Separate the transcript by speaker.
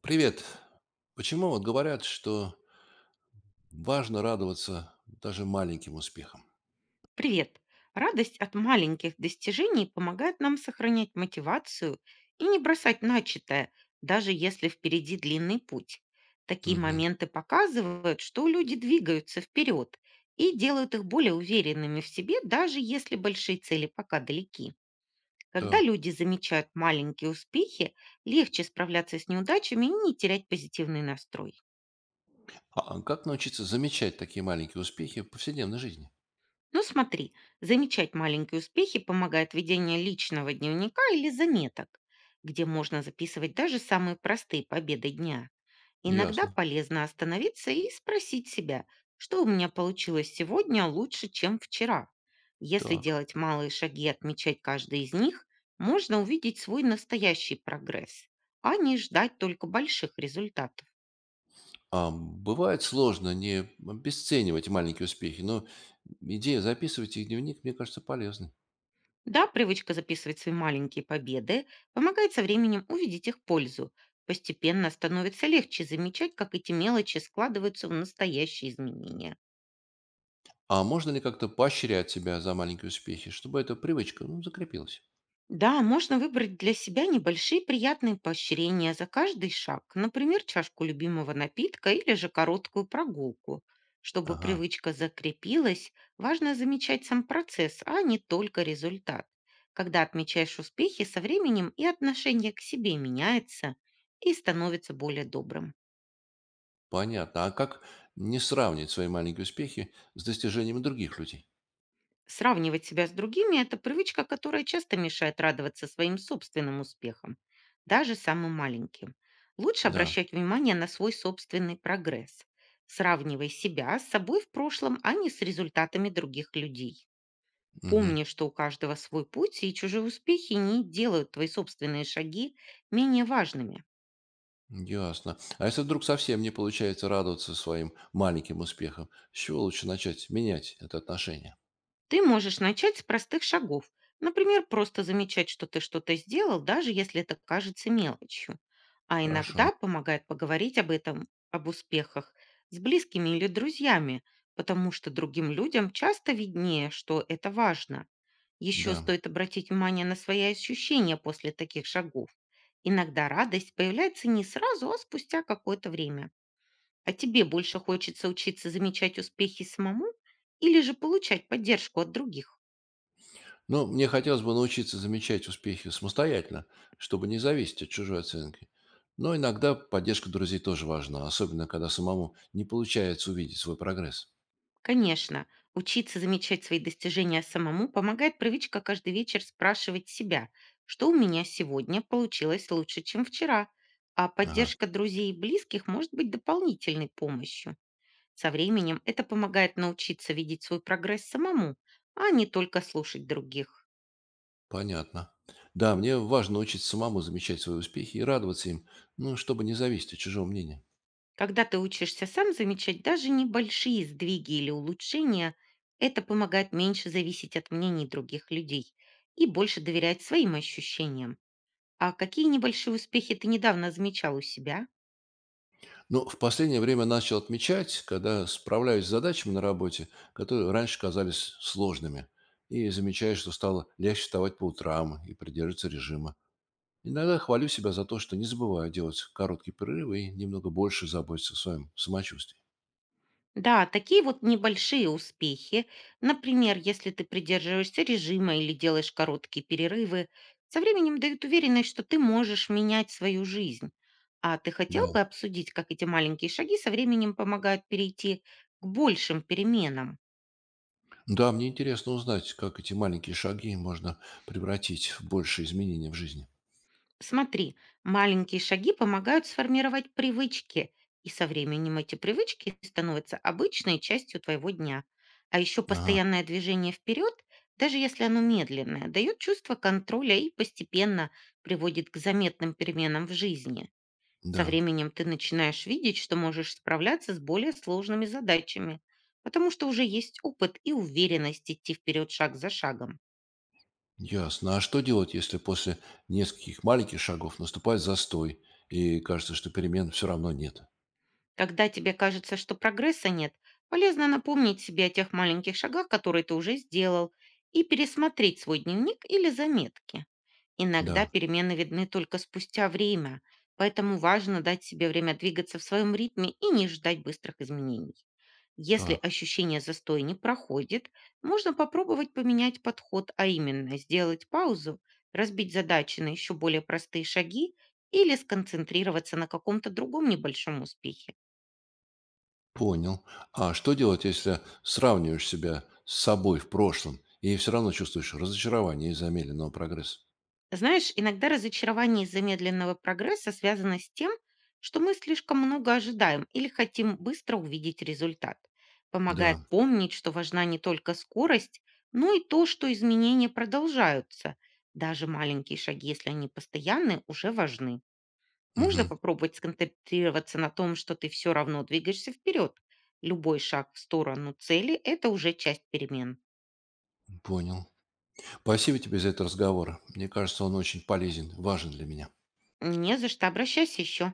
Speaker 1: Привет. Почему вот говорят, что важно радоваться даже маленьким успехам?
Speaker 2: Привет! Радость от маленьких достижений помогает нам сохранять мотивацию и не бросать начатое, даже если впереди длинный путь. Такие
Speaker 1: Мгм.
Speaker 2: моменты показывают, что люди двигаются вперед и делают их более уверенными в себе, даже если большие цели пока далеки. Когда
Speaker 1: Так.
Speaker 2: люди замечают маленькие успехи, легче справляться с неудачами и не терять позитивный настрой.
Speaker 1: А как научиться замечать такие маленькие успехи в повседневной жизни?
Speaker 2: Ну смотри, замечать маленькие успехи помогает ведение личного дневника или заметок, где можно записывать даже самые простые победы дня. Иногда
Speaker 1: Ясно.
Speaker 2: полезно остановиться и спросить себя, что у меня получилось сегодня лучше, чем вчера. Если
Speaker 1: Так.
Speaker 2: делать малые шаги и отмечать каждый из них, можно увидеть свой настоящий прогресс, а не ждать только больших результатов.
Speaker 1: А бывает сложно не обесценивать маленькие успехи, но идея записывать их в дневник, мне кажется, полезной.
Speaker 2: Да, привычка записывать свои маленькие победы помогает со временем увидеть их пользу. Постепенно становится легче замечать, как эти мелочи складываются в настоящие изменения.
Speaker 1: А можно ли как-то поощрять себя за маленькие успехи, чтобы эта привычка закрепилась?
Speaker 2: Да, можно выбрать для себя небольшие приятные поощрения за каждый шаг, например, чашку любимого напитка или же короткую прогулку. Чтобы
Speaker 1: Ага,
Speaker 2: привычка закрепилась, важно замечать сам процесс, а не только результат. Когда отмечаешь успехи, со временем и отношение к себе меняется и становится более добрым.
Speaker 1: понятно. А как не сравнивать свои маленькие успехи с достижениями других людей?
Speaker 2: Сравнивать себя с другими — это привычка, которая часто мешает радоваться своим собственным успехам, даже самым маленьким. Лучше
Speaker 1: Да.
Speaker 2: обращать внимание на свой собственный прогресс. Сравнивай себя с собой в прошлом, а не с результатами других людей.
Speaker 1: Мгм.
Speaker 2: Помни, что у каждого свой путь, и чужие успехи не делают твои собственные шаги менее важными.
Speaker 1: Ясно. А если вдруг совсем не получается радоваться своим маленьким успехам, с чего лучше начать менять это отношение?
Speaker 2: Ты можешь начать с простых шагов. Например, просто замечать, что ты что-то сделал, даже если это кажется мелочью. А
Speaker 1: Хорошо,
Speaker 2: иногда помогает поговорить об этом, об успехах, с близкими или друзьями, потому что другим людям часто виднее, что это важно. Еще
Speaker 1: да.
Speaker 2: стоит обратить внимание на свои ощущения после таких шагов. Иногда радость появляется не сразу, а спустя какое-то время. А тебе больше хочется учиться замечать успехи самому или же получать поддержку от других?
Speaker 1: Ну, мне хотелось бы научиться замечать успехи самостоятельно, чтобы не зависеть от чужой оценки. Но иногда поддержка друзей тоже важна, особенно когда самому не получается увидеть свой прогресс.
Speaker 2: Конечно, учиться замечать свои достижения самому помогает привычка каждый вечер спрашивать себя, что у меня сегодня получилось лучше, чем вчера, а
Speaker 1: Ага,
Speaker 2: поддержка друзей и близких может быть дополнительной помощью. Со временем это помогает научиться видеть свой прогресс самому, а не только слушать других.
Speaker 1: понятно. Да, мне важно научиться самому замечать свои успехи и радоваться им, ну, чтобы не зависеть от чужого мнения.
Speaker 2: Когда ты учишься сам замечать даже небольшие сдвиги или улучшения, это помогает меньше зависеть от мнений других людей и больше доверять своим ощущениям. А какие небольшие успехи ты недавно замечал у себя?
Speaker 1: Ну, в последнее время начал отмечать, когда справляюсь с задачами на работе, которые раньше казались сложными, и замечаю, что стало легче вставать по утрам и придерживаться режима. Иногда хвалю себя за то, что не забываю делать короткие перерывы и немного больше заботиться о своем самочувствии.
Speaker 2: Да, такие вот небольшие успехи, например, если ты придерживаешься режима или делаешь короткие перерывы, со временем дают уверенность, что ты можешь менять свою жизнь. А ты
Speaker 1: Да.
Speaker 2: хотел бы обсудить, как эти маленькие шаги со временем помогают перейти к большим переменам?
Speaker 1: Да, мне интересно узнать, как эти маленькие шаги можно превратить в большие изменения в жизни.
Speaker 2: Смотри, маленькие шаги помогают сформировать привычки, и со временем эти привычки становятся обычной частью твоего дня. А еще
Speaker 1: Ага,
Speaker 2: постоянное движение вперед, даже если оно медленное, дает чувство контроля и постепенно приводит к заметным переменам в жизни. Со
Speaker 1: да.
Speaker 2: временем ты начинаешь видеть, что можешь справляться с более сложными задачами, потому что уже есть опыт и уверенность идти вперед шаг за шагом.
Speaker 1: Ясно. А что делать, если после нескольких маленьких шагов наступает застой и кажется, что перемен все равно нет?
Speaker 2: Когда тебе кажется, что прогресса нет, полезно напомнить себе о тех маленьких шагах, которые ты уже сделал, и пересмотреть свой дневник или заметки. Иногда
Speaker 1: Да,
Speaker 2: перемены видны только спустя время, поэтому важно дать себе время двигаться в своем ритме и не ждать быстрых изменений. Если
Speaker 1: так,
Speaker 2: ощущение застоя не проходит, можно попробовать поменять подход, а именно сделать паузу, разбить задачи на еще более простые шаги или сконцентрироваться на каком-то другом небольшом успехе.
Speaker 1: понял. А что делать, если сравниваешь себя с собой в прошлом и все равно чувствуешь разочарование из-за медленного прогресса?
Speaker 2: Знаешь, иногда разочарование из-за медленного прогресса связано с тем, что мы слишком много ожидаем или хотим быстро увидеть результат. Помогает
Speaker 1: Да,
Speaker 2: помнить, что важна не только скорость, но и то, что изменения продолжаются. Даже маленькие шаги, если они постоянны, уже важны. Можно
Speaker 1: мгм,
Speaker 2: попробовать сконцентрироваться на том, что ты все равно двигаешься вперед. Любой шаг в сторону цели — это уже часть перемен.
Speaker 1: понял. Спасибо тебе за этот разговор. Мне кажется, он очень полезен, важен для меня.
Speaker 2: Не за что, обращайся еще.